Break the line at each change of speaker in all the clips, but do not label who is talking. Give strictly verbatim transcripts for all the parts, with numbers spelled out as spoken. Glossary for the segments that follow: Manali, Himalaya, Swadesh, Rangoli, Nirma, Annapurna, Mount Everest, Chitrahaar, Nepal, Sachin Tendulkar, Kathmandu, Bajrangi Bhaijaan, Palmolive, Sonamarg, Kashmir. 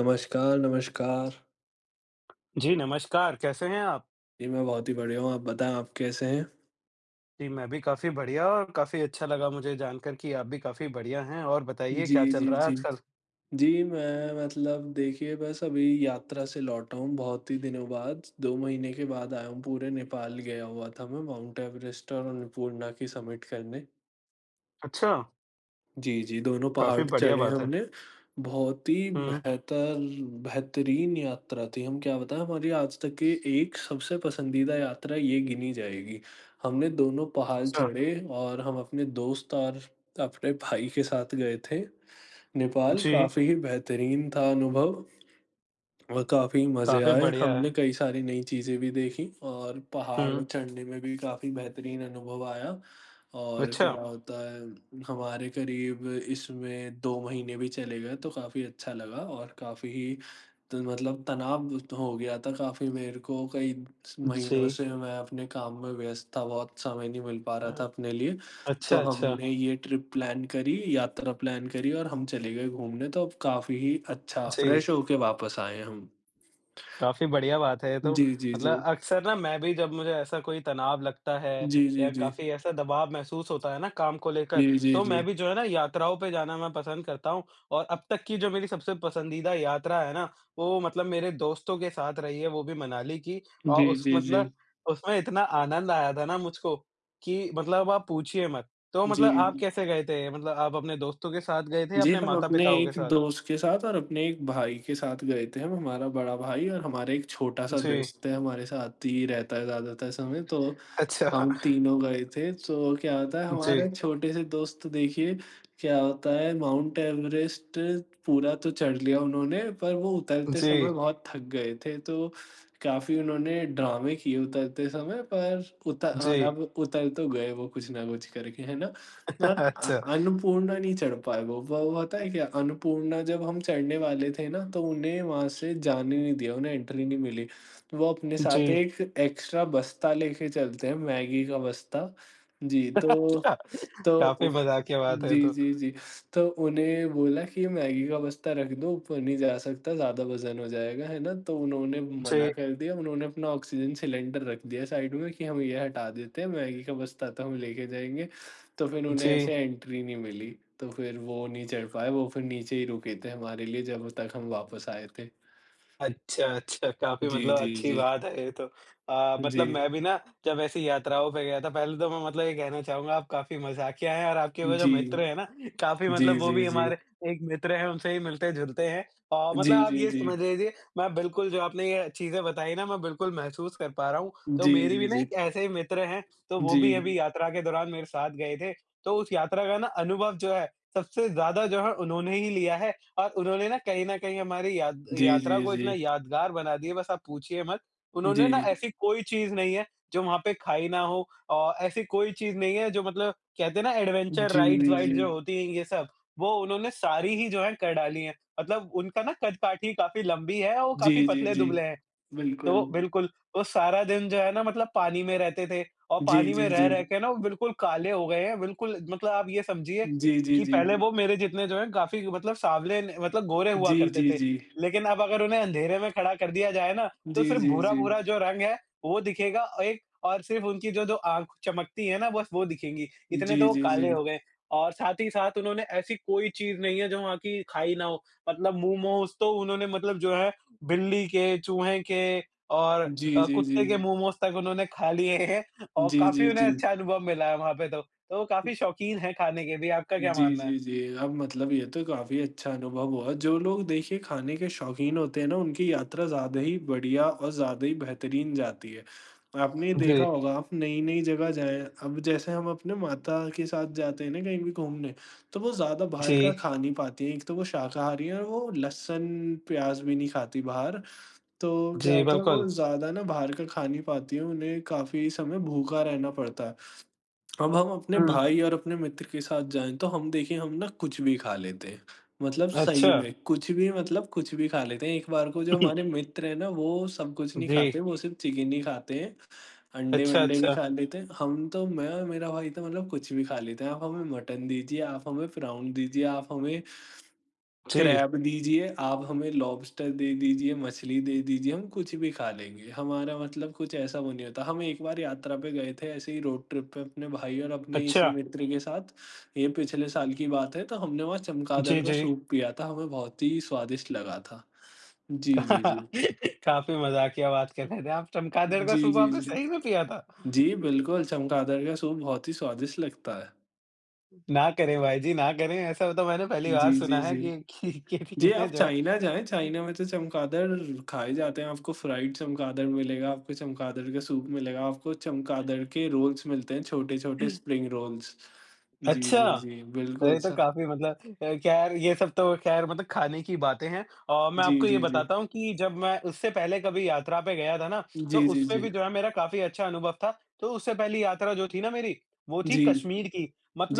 नमस्कार, नमस्कार।
जी, नमस्कार, कैसे हैं आप?
जी, मैं बहुत ही बढ़िया हूँ, आप बताएँ आप कैसे हैं?
जी, मैं भी काफ़ी बढ़िया और काफ़ी अच्छा लगा मुझे जानकर कि आप भी काफ़ी बढ़िया हैं और बताइए
जी,
क्या चल
जी,
रहा है
जी।
आजकल?
जी, मैं मतलब देखिए बस अभी यात्रा से लौटा हूँ बहुत ही दिनों बाद, दो महीने के बाद आया हूँ पूरे नेपाल गया हुआ था मैं माउंट एवरेस्ट और अन्नपूर्णा की समिट करने।
अच्छा,
जी, जी, दोनों
काफ़ी
पहाड़
बढ़िया
चढ़े
बात है।
हमने, बहुत ही
हुँ,
बेहतर बेहतरीन यात्रा थी। हम क्या बताएँ हमारी आज तक की एक सबसे पसंदीदा यात्रा ये गिनी जाएगी। हमने दोनों पहाड़
अच्छा,
चढ़े और हम अपने दोस्त और अपने भाई के साथ गए थे नेपाल,
जी,
काफ़ी ही बेहतरीन था अनुभव। और काफ़ी मज़े
काफ़ी
आए।
बढ़िया है।
हमने कई सारी नई चीज़ें भी देखी और
हुँ,
पहाड़ चढ़ने में भी काफ़ी बेहतरीन अनुभव आया। और
अच्छा,
क्या होता है हमारे करीब इसमें दो महीने भी चले गए तो काफ़ी अच्छा लगा और काफ़ी ही तो मतलब तनाव हो गया था काफ़ी मेरे को कई
जी।
महीनों से मैं अपने काम में व्यस्त था, बहुत समय नहीं मिल पा
अ,
रहा था अपने लिए।
अच्छा,
तो
अच्छा,
हमने ये ट्रिप प्लान करी, यात्रा प्लान करी और हम चले गए घूमने तो अब काफ़ी ही अच्छा
जी।
फ्रेश होके वापस आए हम।
काफ़ी बढ़िया बात है ये तो।
जी, जी, जी।
मतलब अक्सर ना मैं भी जब मुझे ऐसा कोई तनाव लगता है
जी, जी,
या
जी।
काफ़ी ऐसा दबाव महसूस होता है ना काम को लेकर,
जी, जी,
तो मैं
जी।
भी जो है ना यात्राओं पे जाना मैं पसंद करता हूँ। और अब तक की जो मेरी सबसे पसंदीदा यात्रा है ना, वो मतलब मेरे दोस्तों के साथ रही है, वो भी मनाली की।
जी,
और उस
जी, जी।
मतलब उसमें इतना आनंद आया था ना मुझको कि मतलब आप पूछिए मत। तो
जी।
मतलब आप कैसे गए थे? मतलब आप अपने दोस्तों के साथ गए थे या
जी,
अपने
हम अपने
माता-पिताओं के
एक
साथ?
दोस्त के साथ और अपने एक भाई के साथ गए थे हम, हमारा बड़ा भाई और हमारा एक छोटा-सा
जी।
दोस्त है हमारे साथ ही रहता है ज़्यादातर समय तो
अच्छा।
हम तीनों गए थे, तो क्या होता है
जी।
हमारे छोटे से दोस्त देखिए क्या होता है माउंट एवरेस्ट पूरा तो चढ़ लिया उन्होंने पर वो उतरते समय
जी।
बहुत थक गए थे, तो काफ़ी उन्होंने ड्रामे किए उतरते समय पर उत अ,
जी।
अब उतर तो गए वो कुछ ना कुछ करके, है ना? और अ
अच्छा,
अन्नपूर्णा नहीं चढ़ पाए वो, वो पता है क्या? अन्नपूर्णा जब हम चढ़ने वाले थे ना, तो उन्हें वहाँ से जाने नहीं दिया, उन्हें एंट्री नहीं मिली। वो अपने
जी।
साथ एक एक्स्ट्रा बस्ता लेके चलते हैं, मैगी का बस्ता। जी, तो
अच्छा,
तो
काफ़ी
उ
मज़ाकिया बात है ये
जी,
तो।
जी, जी। तो उन्हें बोला कि मैगी का बस्ता रख दो, ऊपर नहीं जा सकता, ज़्यादा वज़न हो जाएगा, है ना? तो उन्होंने
जी,
मना कर दिया, उन्होंने अपना ऑक्सीजन सिलेंडर रख दिया साइड में कि हम ये हटा देते हैं, मैगी का बस्ता तो हम लेके जाएँगे। तो फिर उन्हें
जी।
ऐसे एंट्री नहीं मिली, तो फिर वो नहीं चढ़ पाए, वो फिर नीचे ही रुके थे हमारे लिए जब तक हम वापस आए थे।
अच्छा, अच्छा, काफ़ी
जी,
मतलब
जी,
अच्छी
जी।
बात है ये तो। अ,
जी।
मतलब मैं भी ना जब ऐसी यात्राओं पे गया था, पहले तो मैं मतलब ये कहना चाहूँगा आप काफ़ी मज़ाकिया हैं और आपके वो जो
जी,
मित्र हैं ना, काफ़ी
जी,
मतलब वो
जी,
भी
जी।
हमारे एक मित्र हैं, उनसे ही मिलते-जुलते हैं। और मतलब
जी,
आप
जी,
ये
जी।
समझ लीजिए, मैं बिल्कुल जो आपने ये चीज़ें बताई ना, मैं बिल्कुल महसूस कर पा रहा हूँ। तो
जी,
मेरी भी
जी,
ना
जी।
एक ऐसे ही मित्र हैं, तो वो भी
जी।
अभी यात्रा के दौरान मेरे साथ गए थे। तो उस यात्रा का ना अनुभव जो है, सबसे ज़्यादा जो है उन्होंने ही लिया है और उन्होंने ना कहीं न कहीं हमारी याद
जी,
यात्रा
जी,
को इतना
जी।
यादगार बना दिया बस आप पूछिए मत।
जी।
उन्होंने ना ऐसी कोई चीज़ नहीं है जो वहाँ पे खाई ना हो और ऐसी कोई चीज़ नहीं है जो मतलब कहते हैं ना एडवेंचर
जी, जी, जी।
राइड्स-वाइड्स जो होती हैं ये सब, वो उन्होंने सारी ही जो है कर डाली हैं। मतलब उनका ना कद-काठी काफ़ी लंबी है और वो
जी,
काफ़ी
जी, जी।
पतले-दुबले हैं। तो
बिल्कुल।
बिल्कुल, वो सारा दिन जो है ना मतलब पानी में रहते थे और
जी,
पानी में
जी, जी।
रह-रह के ना वो बिल्कुल काले हो गए हैं, बिल्कुल मतलब आप ये समझिए
जी, जी,
कि
जी।
पहले वो मेरे जितने जो हैं काफ़ी मतलब साँवले न मतलब गोरे हुआ
जी,
करते
जी,
थे।
जी।
लेकिन अब अगर उन्हें अँधेरे में खड़ा कर दिया जाए ना, तो
जी,
सिर्फ़
जी, जी।
भूरा-भूरा जो रंग है, वो दिखेगा और एक और सिर्फ़ उनकी जो जो आँख चमकती है ना, बस वो दिखेंगी, इतने
जी,
तो वो
जी, जी।
काले हो गए। और साथ ही साथ उन्होंने ऐसी कोई चीज़ नहीं है जो वहाँ की खाई ना हो, मतलब मोमोज़ तो उन्होंने मतलब जो है बिल्ली के, चूहे के और
जी,
अ,
जी, जी।
कुत्ते के मोमोस तक उन्होंने खा लिए हैं और
जी, जी,
काफ़ी
जी।
उन्हें
जी
अच्छा अनुभव मिला है वहाँ पे तो। तो वो काफ़ी शौकीन हैं खाने के भी, आपका क्या
जी,
मानना है?
जी, जी। अब मतलब ये तो काफ़ी अच्छा अनुभव हुआ। जो लोग देखिए खाने के शौकीन होते हैं ना, उनकी यात्रा ज़्यादा ही बढ़िया और ज़्यादा ही बेहतरीन जाती है। आपने
जी।
देखा होगा आप नई-नई जगह जाएँ, अब जैसे हम अपने माता के साथ जाते हैं ना कहीं भी घूमने, तो वो ज़्यादा
जी।
बाहर का खा नहीं पाती हैं। एक तो वो शाकाहारी हैं और वो लहसुन, प्याज़ भी नहीं खाती बाहर। तो क्या
जी,
होता है
बिल्कुल।
वो ज़्यादा ना बाहर का खा नहीं पाती हैं, उन्हें काफ़ी समय भूखा रहना पड़ता है। अब हम अपने
हुँ।
भाई और अपने मित्र के साथ जाएँ तो हम देखिए हम ना कुछ भी खा लेते हैं। मतलब सही
अच्छा।
में कुछ भी मतलब कुछ भी खा लेते हैं। एक बार को जो हमारे मित्र हैं ना वो सब कुछ नहीं
जी।
खाते, वो सिर्फ़ चिकन ही खाते हैं,
अच्छा,
अंडे-वंडे भी
अच्छा।
खा लेते हैं। हम तो मैं और मेरा भाई तो मतलब कुछ भी खा लेते हैं। आप हमें मटन दीजिए, आप हमें प्राउन दीजिए, आप हमें
जी।
क्रैब दीजिए, आप हमें लॉबस्टर दे दीजिए, मछली दे दीजिए, हम कुछ भी खा लेंगे। हमारा मतलब कुछ ऐसा वो नहीं होता। हम एक बार यात्रा पे गए थे ऐसे ही रोड ट्रिप पे अपने भाई और अपने
अच्छा।
इसी मित्र के साथ। ये पिछले साल की बात है तो हमने वहाँ चमगादड़
जी,
का
जी।
सूप पिया था, हमें बहुत ही स्वादिष्ट लगा था। जी, जी, जी।
काफ़ी मज़ाकिया बात कर रहे थे आप। चमगादड़ का
जी,
सूप
जी,
आपने
जी।
सही में पिया था?
जी, बिल्कुल चमगादड़ का सूप बहुत ही स्वादिष्ट लगता है।
ना करें भाई जी, ना करें। ऐसा तो मैंने पहली
जी,
बार
जी,
सुना है
जी।
कि कि कि
जी,
पीना
आप
जो है
चाइना जाएँ, चाइना में तो चमगादड़ खाए जाते हैं, आपको फ्राइड चमगादड़ मिलेगा, आपको चमगादड़ का सूप मिलेगा, आपको चमगादड़ के रोल्स मिलते हैं, छोटे-छोटे स्प्रिंग रोल्स। जी,
अच्छा।
जी, जी, बिल्कुल
अरे! तो
स
काफ़ी मतलब अ, ख़ैर ये सब तो ख़ैर मतलब खाने की बातें हैं और मैं
जी,
आपको ये
जी, जी।
बताता हूँ कि जब मैं उससे पहले कभी यात्रा पे गया था ना, तो
जी, जी।
उसपे
जी,
भी जो है मेरा काफ़ी अच्छा अनुभव था। तो उससे पहली यात्रा जो थी ना मेरी, वो थी
जी,
कश्मीर की।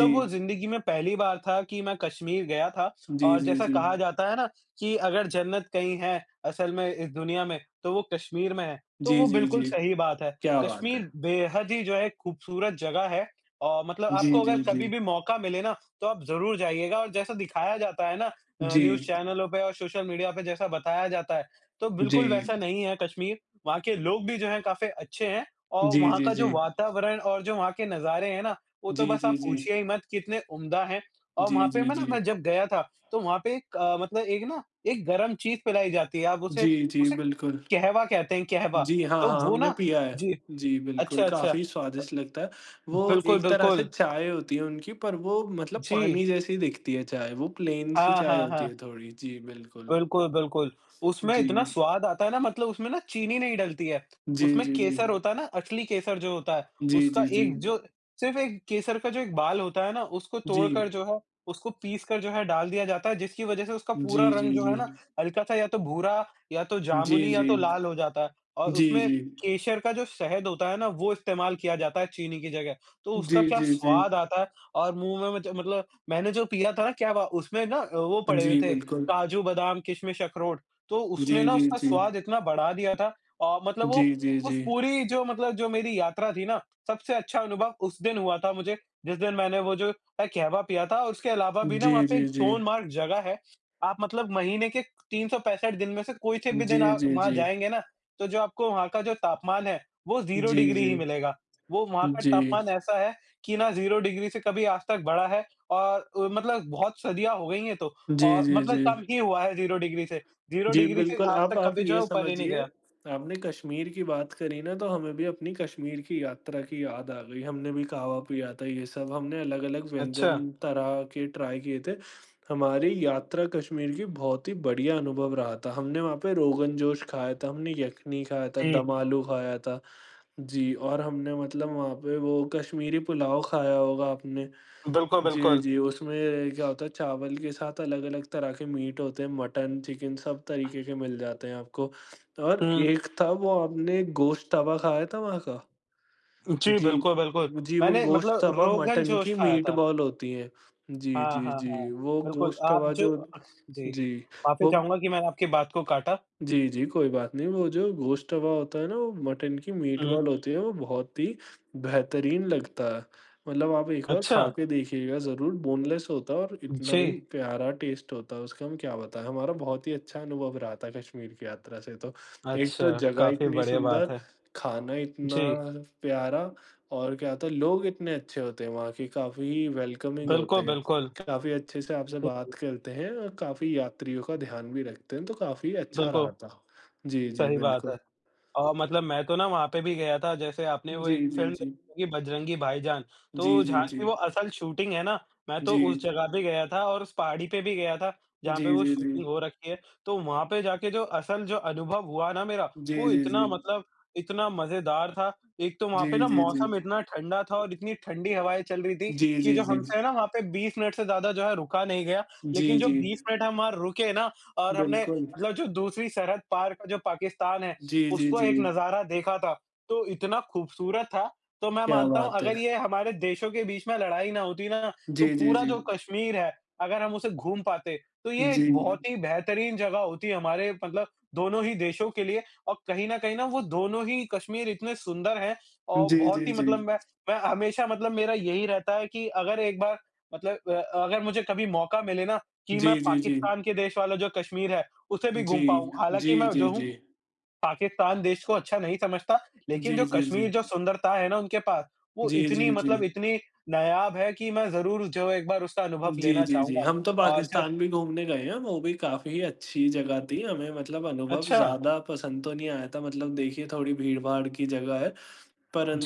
जी।
वो ज़िंदगी में पहली बार था कि मैं कश्मीर गया था
जी,
और
जी,
जैसा
जी।
कहा जाता है ना कि अगर जन्नत कहीं है असल में इस दुनिया में, तो वो कश्मीर में है। तो
जी,
वो
जी,
बिल्कुल
जी।
सही बात है।
क्या बात है!
कश्मीर बेहद ही जो है खूबसूरत जगह है और मतलब
जी,
आपको अगर
जी, जी।
कभी भी मौका मिले ना तो आप ज़रूर जाइएगा और जैसा दिखाया जाता है ना अ, न्यूज़
जी,
चैनलों पे और सोशल मीडिया पे जैसा बताया जाता है, तो बिल्कुल
जी।
वैसा नहीं है कश्मीर। वहाँ के लोग भी जो हैं काफ़ी अच्छे हैं और
जी,
वहाँ
जी,
का जो
जी।
वातावरण और जो वहाँ के नज़ारे हैं ना, वो तो
जी,
बस आप
जी, जी।
पूछिए ही मत कितने उम्दा हैं। और
जी,
वहाँ पे
जी,
मैं ना
जी।
मैं जब गया था, तो वहाँ पे एक अ, मतलब एक ना एक गरम चीज़ पिलाई जाती है, आप
जी,
उसे
जी, जी
उसे
बिल्कुल।
कहवा कहते हैं कहवा।
जी, हाँ,
तो
हाँ,
वो
हमने
ना
पिया है।
जी,
जी, बिल्कुल,
अच्छा, अच्छा।
काफ़ी स्वादिष्ट लगता है। वो
बिल्कुल,
एक तरह से
बिल्कुल।
चाय होती है उनकी, पर वो मतलब
जी।
पानी जैसी दिखती है चाय, वो प्लेन सी
हाँ,
चाय
हाँ,
होती
हाँ।
है थोड़ी। जी, बिल्कुल।
बिल्कुल, बिल्कुल। उसमें
जी।
इतना स्वाद आता है ना मतलब उसमें ना चीनी नहीं डलती है।
जी,
उसमें
जी, जी।
केसर होता है ना, असली केसर जो होता है,
जी,
उसका
जी, जी।
एक जो सिर्फ़ एक केसर का जो एक बाल होता है ना, उसको
जी।
तोड़कर जो है, उसको पीस कर जो है डाल दिया जाता है, जिसकी वज़ह से उसका
जी,
पूरा
जी,
रंग जो
जी।
है ना, हल्का-सा या तो भूरा या तो
जी,
जामुनी या
जी।
तो लाल हो जाता है और
जी,
उसमें
जी।
केसर का जो शहद होता है ना, वो इस्तेमाल किया जाता है चीनी की जगह। तो
जी,
उसका क्या
जी, जी।
स्वाद आता है और मुँह में मच मतलब मैंने जो पिया था ना क्या वा उसमें ना अ, वो पड़े हुए
जी,
थे
बिल्कुल।
काजू, बादाम, किशमिश, अखरोट, तो
जी,
उसने ना
जी,
उसका
जी।
स्वाद इतना बढ़ा दिया था अ, मतलब
जी,
वो
जी,
उस
जी।
पूरी जो मतलब जो मेरी यात्रा थी ना, सबसे अच्छा अनुभव उस दिन हुआ था मुझे, जिस दिन मैंने वो जो अ, कहवा पिया था और उसके अलावा भी ना
जी,
वहाँ पे
जी,
एक
जी।
सोनमार्ग जगह है। आप मतलब महीने के तीन सौ पैंसठ दिन में से कोई से भी
जी,
दिन आप
जी,
वहाँ
जी।
जाएँगे ना, तो जो आपको वहाँ का जो तापमान है, वो ज़ीरो
जी,
डिग्री
जी।
ही मिलेगा। वो वहाँ का
जी।
तापमान ऐसा है कि ना ज़ीरो डिग्री से कभी आज तक बढ़ा है और अ, मतलब बहुत सदियाँ हो गई हैं तो।
जी,
और
जी,
मतलब
जी।
कम ही हुआ है ज़ीरो डिग्री से, ज़ीरो
जी,
डिग्री से
बिल्कुल,
आज
आप
तक
आप
कभी जो है
ये
ऊपर ही नहीं
समझिए,
गया।
आपने कश्मीर की बात करी ना, तो हमें भी अपनी कश्मीर की यात्रा की याद आ गई। हमने भी कहवा पिया था, ये सब हमने अलग-अलग
अच्छा,
व्यंजन तरह के ट्राई किए थे। हमारी यात्रा कश्मीर की बहुत ही बढ़िया अनुभव रहा था। हमने वहाँ पे रोगन जोश खाया था, हमने यखनी खाया था,
जी।
दम आलू खाया था। जी, और हमने मतलब वहाँ पे वो कश्मीरी पुलाव खाया होगा आपने।
बिल्कुल,
जी,
बिल्कुल।
जी, उसमें क्या होता है चावल के साथ अलग-अलग तरह के मीट होते हैं, मटन, चिकन सब तरीके के मिल जाते हैं आपको और
हुँ।
एक था वो आपने गोश्त तवा खाया था वहाँ का?
जी,
जी।
बिल्कुल, बिल्कुल।
जी, वो
मैंने
गोश्त
मतलब
तवा
रोगन
मटन
जोश
की
खाया
मीट
था।
बॉल होती हैं। जी,
हाँ,
जी,
हाँ, हाँ।
जी, वो
बिल्कुल,
गोश्त
आप
तवा
जो
जो
जी,
जी,
माफ़ी
वो
चाहूँगा कि मैंने आपकी बात को काटा।
जी, जी, कोई बात नहीं। वो जो गोश्त तवा होता है ना, वो मटन की मीट
हुँ।
बॉल होती है, वो बहुत ही बेहतरीन लगता है। मतलब आप एक बार
अच्छा,
खा के देखिएगा ज़रूर, बोनलेस होता है और इतना
जी।
ही प्यारा टेस्ट होता है उसका, हम क्या बताएँ। हमारा बहुत ही अच्छा अनुभव रहा था कश्मीर की यात्रा से तो। एक
अच्छा,
तो जगह
काफ़ी
इतनी
बढ़िया बात
सुंदर,
है।
खाना इतना
जी,
प्यारा और क्या होता है, लोग इतने अच्छे होते हैं वहाँ के, काफ़ी वेलकमिंग होते
बिल्कुल,
हैं।
बिल्कुल।
काफ़ी अच्छे से आपसे
जी, जी।
बात करते हैं और काफ़ी यात्रियों का ध्यान भी रखते हैं, तो काफ़ी अच्छा
बिल्कुल,
रहा था। जी, जी,
सही बात है।
बिल्कुल।
अ, मतलब मैं तो ना वहाँ पे भी गया था, जैसे आपने वो
जी,
एक
जी,
फ़िल्म
जी।
देखी होगी बजरंगी भाईजान,
जी,
तो
जी,
जहाँ की
जी।
वो असल शूटिंग है ना, मैं तो
जी।
उस जगह भी गया था और उस पहाड़ी पे भी गया था, जहाँ
जी,
पे वो
जी, जी।
शूटिंग हो रखी है। तो वहाँ पे जाके जो असल जो अनुभव हुआ ना मेरा,
जी,
वो
जी,
इतना
जी।
मतलब इतना मज़ेदार था। एक तो वहाँ
जी,
पे ना
जी, जी।
मौसम इतना ठंडा था और इतनी ठंडी हवाएँ चल रही थी
जी,
कि
जी,
जो
जी।
हमसे है ना वहाँ पे बीस मिनट से ज़्यादा जो है रुका नहीं गया।
जी,
लेकिन जो
जी।
बीस मिनट हम वहाँ रुके ना और हमने
बिल्कुल।
मतलब जो दूसरी सरहद पार का जो पाकिस्तान है
जी, जी,
उसको
जी।
एक नज़ारा देखा था, तो इतना खूबसूरत था। तो मैं
क्या
मानता हूँ
बात है!
अगर ये हमारे देशों के बीच में लड़ाई ना होती ना, तो
जी, जी,
पूरा
जी।
जो कश्मीर है, अगर हम उसे घूम पाते, तो ये एक
जी।
बहुत ही बेहतरीन जगह होती हमारे मतलब दोनों ही देशों के लिए और कहीं न कहीं ना वो दोनों ही कश्मीर इतने सुंदर हैं और
जी, जी,
बहुत ही
जी।
मतलब मैं मैं हमेशा मतलब मेरा यही रहता है कि अगर एक बार मतलब अ, अगर मुझे कभी मौका मिले ना कि
जी,
मैं
जी, जी।
पाकिस्तान के देश वाला जो कश्मीर है, उसे भी
जी।
घूम पाऊँ।
जी,
हालाँकि मैं
जी,
जो हूँ
जी।
पाकिस्तान देश को अच्छा नहीं समझता, लेकिन
जी,
जो
जी, जी।
कश्मीर जो सुंदरता है ना उनके पास, वो
जी, जी,
इतनी
जी।
मतलब
जी
इतनी नायाब है कि मैं ज़रूर जो एक बार उसका अनुभव
जी,
लेना
जी, जी।
चाहूँगा।
हम तो
और ज
पाकिस्तान भी घूमने गए हैं, वो भी काफ़ी अच्छी जगह थी। हमें मतलब अनुभव
अच्छा,
ज़्यादा पसंद तो नहीं आया था, मतलब देखिए थोड़ी भीड़-भाड़ की जगह है,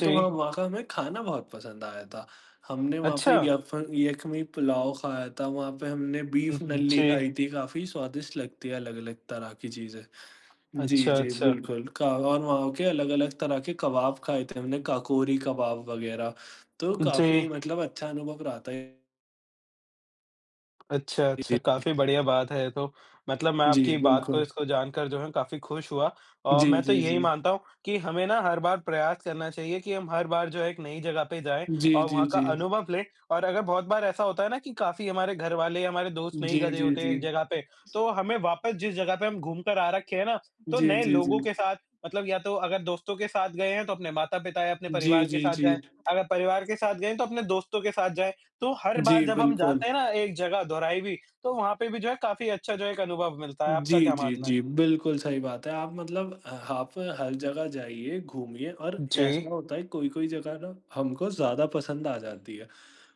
जी,
हाँ, वहाँ का हमें खाना बहुत पसंद आया था। हमने वहाँ पे
अच्छा।
यफ यखमी पुलाव खाया था, वहाँ पे हमने
हुँ,
बीफ
हुँ,
नल्ली
जी।
खाई थी, काफ़ी स्वादिष्ट लगती है अलग-अलग तरह की चीज़ें। जी,
अच्छा,
जी,
अच्छा।
बिल्कुल। का और वहाँ के अलग-अलग तरह के कबाब खाए थे हमने, काकोरी कबाब वगैरह, तो
जी।
काफ़ी मतलब अच्छा अनुभव रहा
अच्छा, अच्छा,
था।
काफ़ी बढ़िया बात है ये तो। मतलब मैं
जी,
आपकी बात को
बिल्कुल।
इसको जानकर जो है काफ़ी खुश हुआ और
जी,
मैं तो
जी,
यही
जी।
मानता हूँ कि हमें ना हर बार प्रयास करना चाहिए कि हम हर बार जो है एक नई जगह पे जाएँ
जी,
और
जी,
वहाँ का
जी।
अनुभव लें और अगर बहुत बार ऐसा होता है ना कि काफ़ी हमारे घर वाले, हमारे दोस्त नहीं
जी,
गए
जी,
होते हैं
जी।
एक जगह पे, तो हमें वापस जिस जगह पे हम घूम कर आ रखे हैं ना, तो
जी,
नए
जी, जी।
लोगों के साथ मतलब या तो अगर दोस्तों के साथ गए हैं तो अपने माता-पिता या अपने
जी,
परिवार के
जी,
साथ
जी।
जाएँ, अगर परिवार के साथ गए हैं तो अपने दोस्तों के साथ जाएँ। तो हर बार
जी,
जब हम
बिल्कुल।
जाते हैं ना एक जगह दोराई तो वहाँ पे भी जो है काफ़ी अच्छा जो है एक अनुभव मिलता है।
जी,
आपका क्या
जी,
मानना है?
जी, बिल्कुल सही बात है। आप मतलब अ, आप हर जगह जाइए, घूमिए और
जी।
ऐसा होता है कोई-कोई जगह ना हमको ज़्यादा पसंद आ जाती है।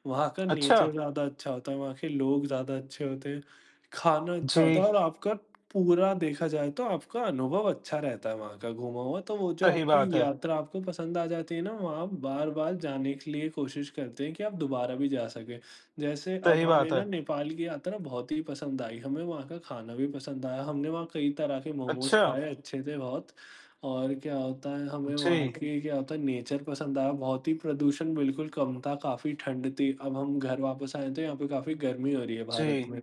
वहाँ का
अच्छा।
नेचर ज़्यादा अच्छा होता है, वहाँ के लोग ज़्यादा अच्छे होते हैं, खाना अच्छा
जी,
होता है और आपका पूरा देखा जाए तो आपका अनुभव अच्छा रहता है वहाँ का घूमा हुआ। तो वो जो
सही
आपकी
बात है,
यात्रा आपको पसंद आ जाती है ना, वहाँ आप बार-बार जाने के लिए कोशिश करते हैं कि आप दोबारा भी जा सकें। जैसे अब
सही
हमें
बात है।
ना नेपाल की यात्रा बहुत ही पसंद आई, हमें वहाँ का खाना भी पसंद आया, हमने वहाँ कई तरह के मोमोज़
अच्छा,
खाए, अच्छे थे बहुत और क्या होता है हमें वहाँ
जी,
की क्या होता है नेचर पसंद आया बहुत ही प्रदूषण बिल्कुल कम था, काफ़ी ठंड थी। अब हम घर वापस आए तो यहाँ पे काफ़ी गर्मी हो रही है भारत
जी।
में।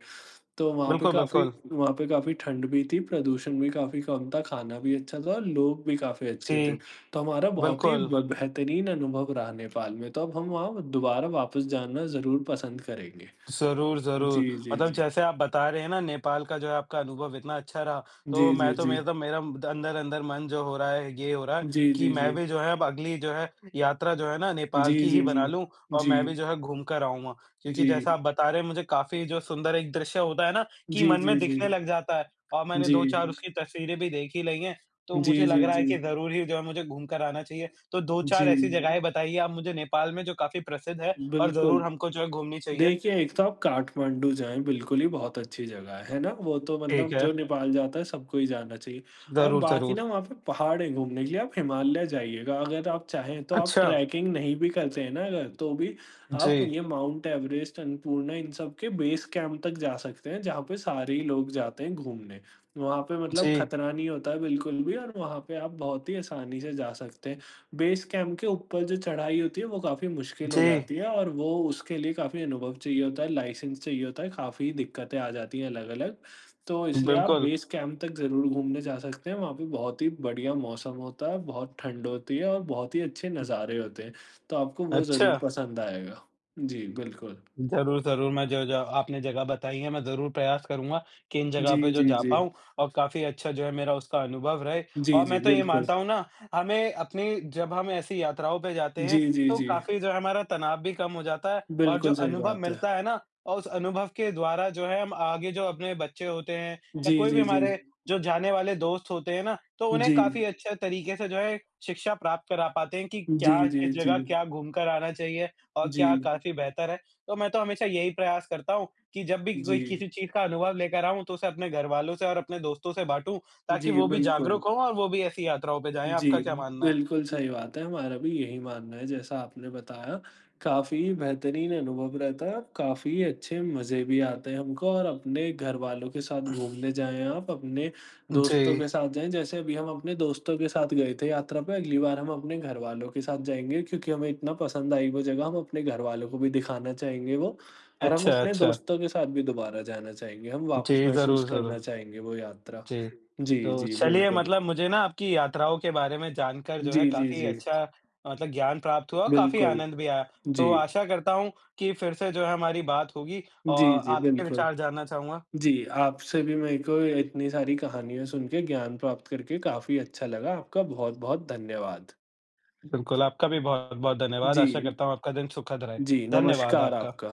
तो वहाँ पे
बिल्कुल,
काफ़ी
बिल्कुल।
वहाँ पे काफ़ी ठंड भी थी, प्रदूषण भी काफ़ी कम था, खाना भी अच्छा था और लोग भी काफ़ी अच्छे थे।
जी,
तो हमारा बहुत ही
बिल्कुल।
ब बेहतरीन अनुभव रहा नेपाल में। तो अब हम वहाँ दोबारा वापस जाना ज़रूर पसंद करेंगे।
ज़रूर, ज़रूर।
जी, जी,
मतलब
जी।
जैसे आप बता रहे हैं ना नेपाल का जो है आपका अनुभव इतना अच्छा रहा,
जी,
तो मैं
जी,
तो
जी।
मेरा तो मेरा अंदर-अंदर मन जो हो रहा है, ये हो रहा है
जी,
कि
जी,
मैं
जी।
भी जो है अब अगली जो है यात्रा जो है ना
जी,
नेपाल की
जी,
ही बना
जी।
लूँ और
जी।
मैं भी जो है घूम कर आऊँगा। क्योंकि जैसा
जी।
आप बता रहे हैं मुझे काफ़ी जो सुंदर एक दृश्य होता है ना कि
जी,
मन में
जी, जी।
दिखने लग जाता है और मैंने दो चार
जी,
उसकी तस्वीरें भी देख ही ली हैं, तो
जी,
मुझे लग
जी,
रहा है
जी,
कि ज़रूर ही जो है मुझे घूम कर आना चाहिए। तो दो चार
जी,
ऐसी जगहें बताइए आप मुझे नेपाल में जो काफ़ी प्रसिद्ध है और ज़रूर
बिल्कुल।
हमको जो है घूमनी चाहिए।
देखिए, एक तो आप काठमांडू जाएँ, बिल्कुल ही बहुत अच्छी जगह है, है ना? वो तो
ठीक
मतलब
है,
जो नेपाल जाता है, सबको ही जाना चाहिए और
ज़रूर,
बाकी ना
ज़रूर।
वहाँ पे पहाड़ हैं घूमने के लिए, आप हिमालय जाइएगा। अगर आप चाहें, तो आप
अच्छा,
ट्रैकिंग नहीं भी करते हैं ना अगर, तो भी आप
जी,
ये माउंट एवरेस्ट, अन्नपूर्णा, इन सब के बेस कैंप तक जा सकते हैं, जहाँ पे सारे ही लोग जाते हैं घूमने। वहाँ पे मतलब
जी,
खतरा नहीं होता है बिल्कुल भी और वहाँ पे आप बहुत ही आसानी से जा सकते हैं। बेस कैंप के ऊपर जो चढ़ाई होती है वो काफ़ी मुश्किल
जी,
हो जाती है और वो उसके लिए काफ़ी अनुभव चाहिए होता है, लाइसेंस चाहिए होता है, काफ़ी दिक्कतें आ जाती हैं अलग-अलग। तो इसलिए आप
बिल्कुल।
बेस कैंप तक ज़रूर घूमने जा सकते हैं, वहाँ पे बहुत ही बढ़िया मौसम होता है, बहुत ठंड होती है और बहुत ही अच्छे नज़ारे होते हैं, तो आपको वो
अच्छा।
ज़रूर पसंद आएगा। जी, बिल्कुल।
ज़रूर, ज़रूर। मैं जो जो आपने जगह बताई है, मैं ज़रूर प्रयास करूँगा कि इन जगह
जी,
पे जो
जी,
जा
जी।
पाऊँ और काफ़ी अच्छा जो है मेरा उसका अनुभव रहे।
जी,
और मैं
जी,
तो ये
बिल्कुल।
मानता हूँ ना, हमें अपनी जब हम ऐसी यात्राओं पे जाते
जी,
हैं,
जी,
तो
जी।
काफ़ी जो है हमारा तनाव भी कम हो जाता है और जो
बिल्कुल सही
अनुभव
बात है।
मिलता है ना और उस अनुभव के द्वारा जो है हम आगे जो अपने बच्चे होते हैं या
जी,
कोई भी
जी, जी।
हमारे जो जाने वाले दोस्त होते हैं ना, तो उन्हें
जी।
काफ़ी अच्छे तरीके से जो है शिक्षा प्राप्त करा पाते हैं कि
जी,
क्या,
जी,
किस
जी।
जगह क्या घूम कर आना चाहिए और क्या
जी,
काफ़ी बेहतर है। तो मैं तो हमेशा यही प्रयास करता हूँ कि जब भी
जी।
कोई किसी चीज़ का अनुभव लेकर आऊँ, तो उसे अपने घरवालों से और अपने दोस्तों से बाँटूँ, ताकि
जी,
वो भी
बिल्कुल।
जागरूक हों और वो भी ऐसी यात्राओं पे जाएँ।
जी,
आपका क्या मानना है?
बिल्कुल सही बात है, हमारा भी यही मानना है जैसा आपने बताया, काफ़ी बेहतरीन अनुभव रहता है, काफ़ी अच्छे मज़े भी आते हैं हमको और अपने घरवालों के साथ घूमने जाएँ आप, अपने
जी।
दोस्तों के साथ जाएँ, जैसे अभी हम अपने दोस्तों के साथ गए थे यात्रा पे, अगली बार हम अपने घरवालों के साथ जाएँगे क्योंकि हमें इतना पसंद आई वो जगह, हम अपने घरवालों को भी दिखाना चाहेंगे वो और हम
अच्छा,
अपने
अच्छा।
दोस्तों के साथ भी दोबारा जाना चाहेंगे, हम वापस
जी,
महसूस
ज़रूर, ज़रूर।
करना चाहेंगे वो यात्रा।
जी।
जी,
तो
जी,
चलिए
बिल्कुल।
मतलब मुझे ना आपकी यात्राओं के बारे में जानकर जो है
जी, जी,
काफ़ी
जी।
अच्छा मतलब ज्ञान प्राप्त हुआ और काफ़ी
बिल्कुल।
आनंद भी आया। तो
जी।
आशा करता हूँ कि फिर से जो है हमारी बात होगी
जी,
और
जी,
आपके
बिल्कुल।
विचार जानना चाहूँगा।
जी, आपसे भी मेरे को इतनी सारी कहानियाँ सुन के ज्ञान प्राप्त करके काफ़ी अच्छा लगा। आपका बहुत-बहुत धन्यवाद।
बिल्कुल, आपका भी बहुत-बहुत धन्यवाद।
जी,
आशा करता हूँ आपका दिन सुखद रहे।
जी,
धन्यवाद
नमस्कार
आपका।
आपका।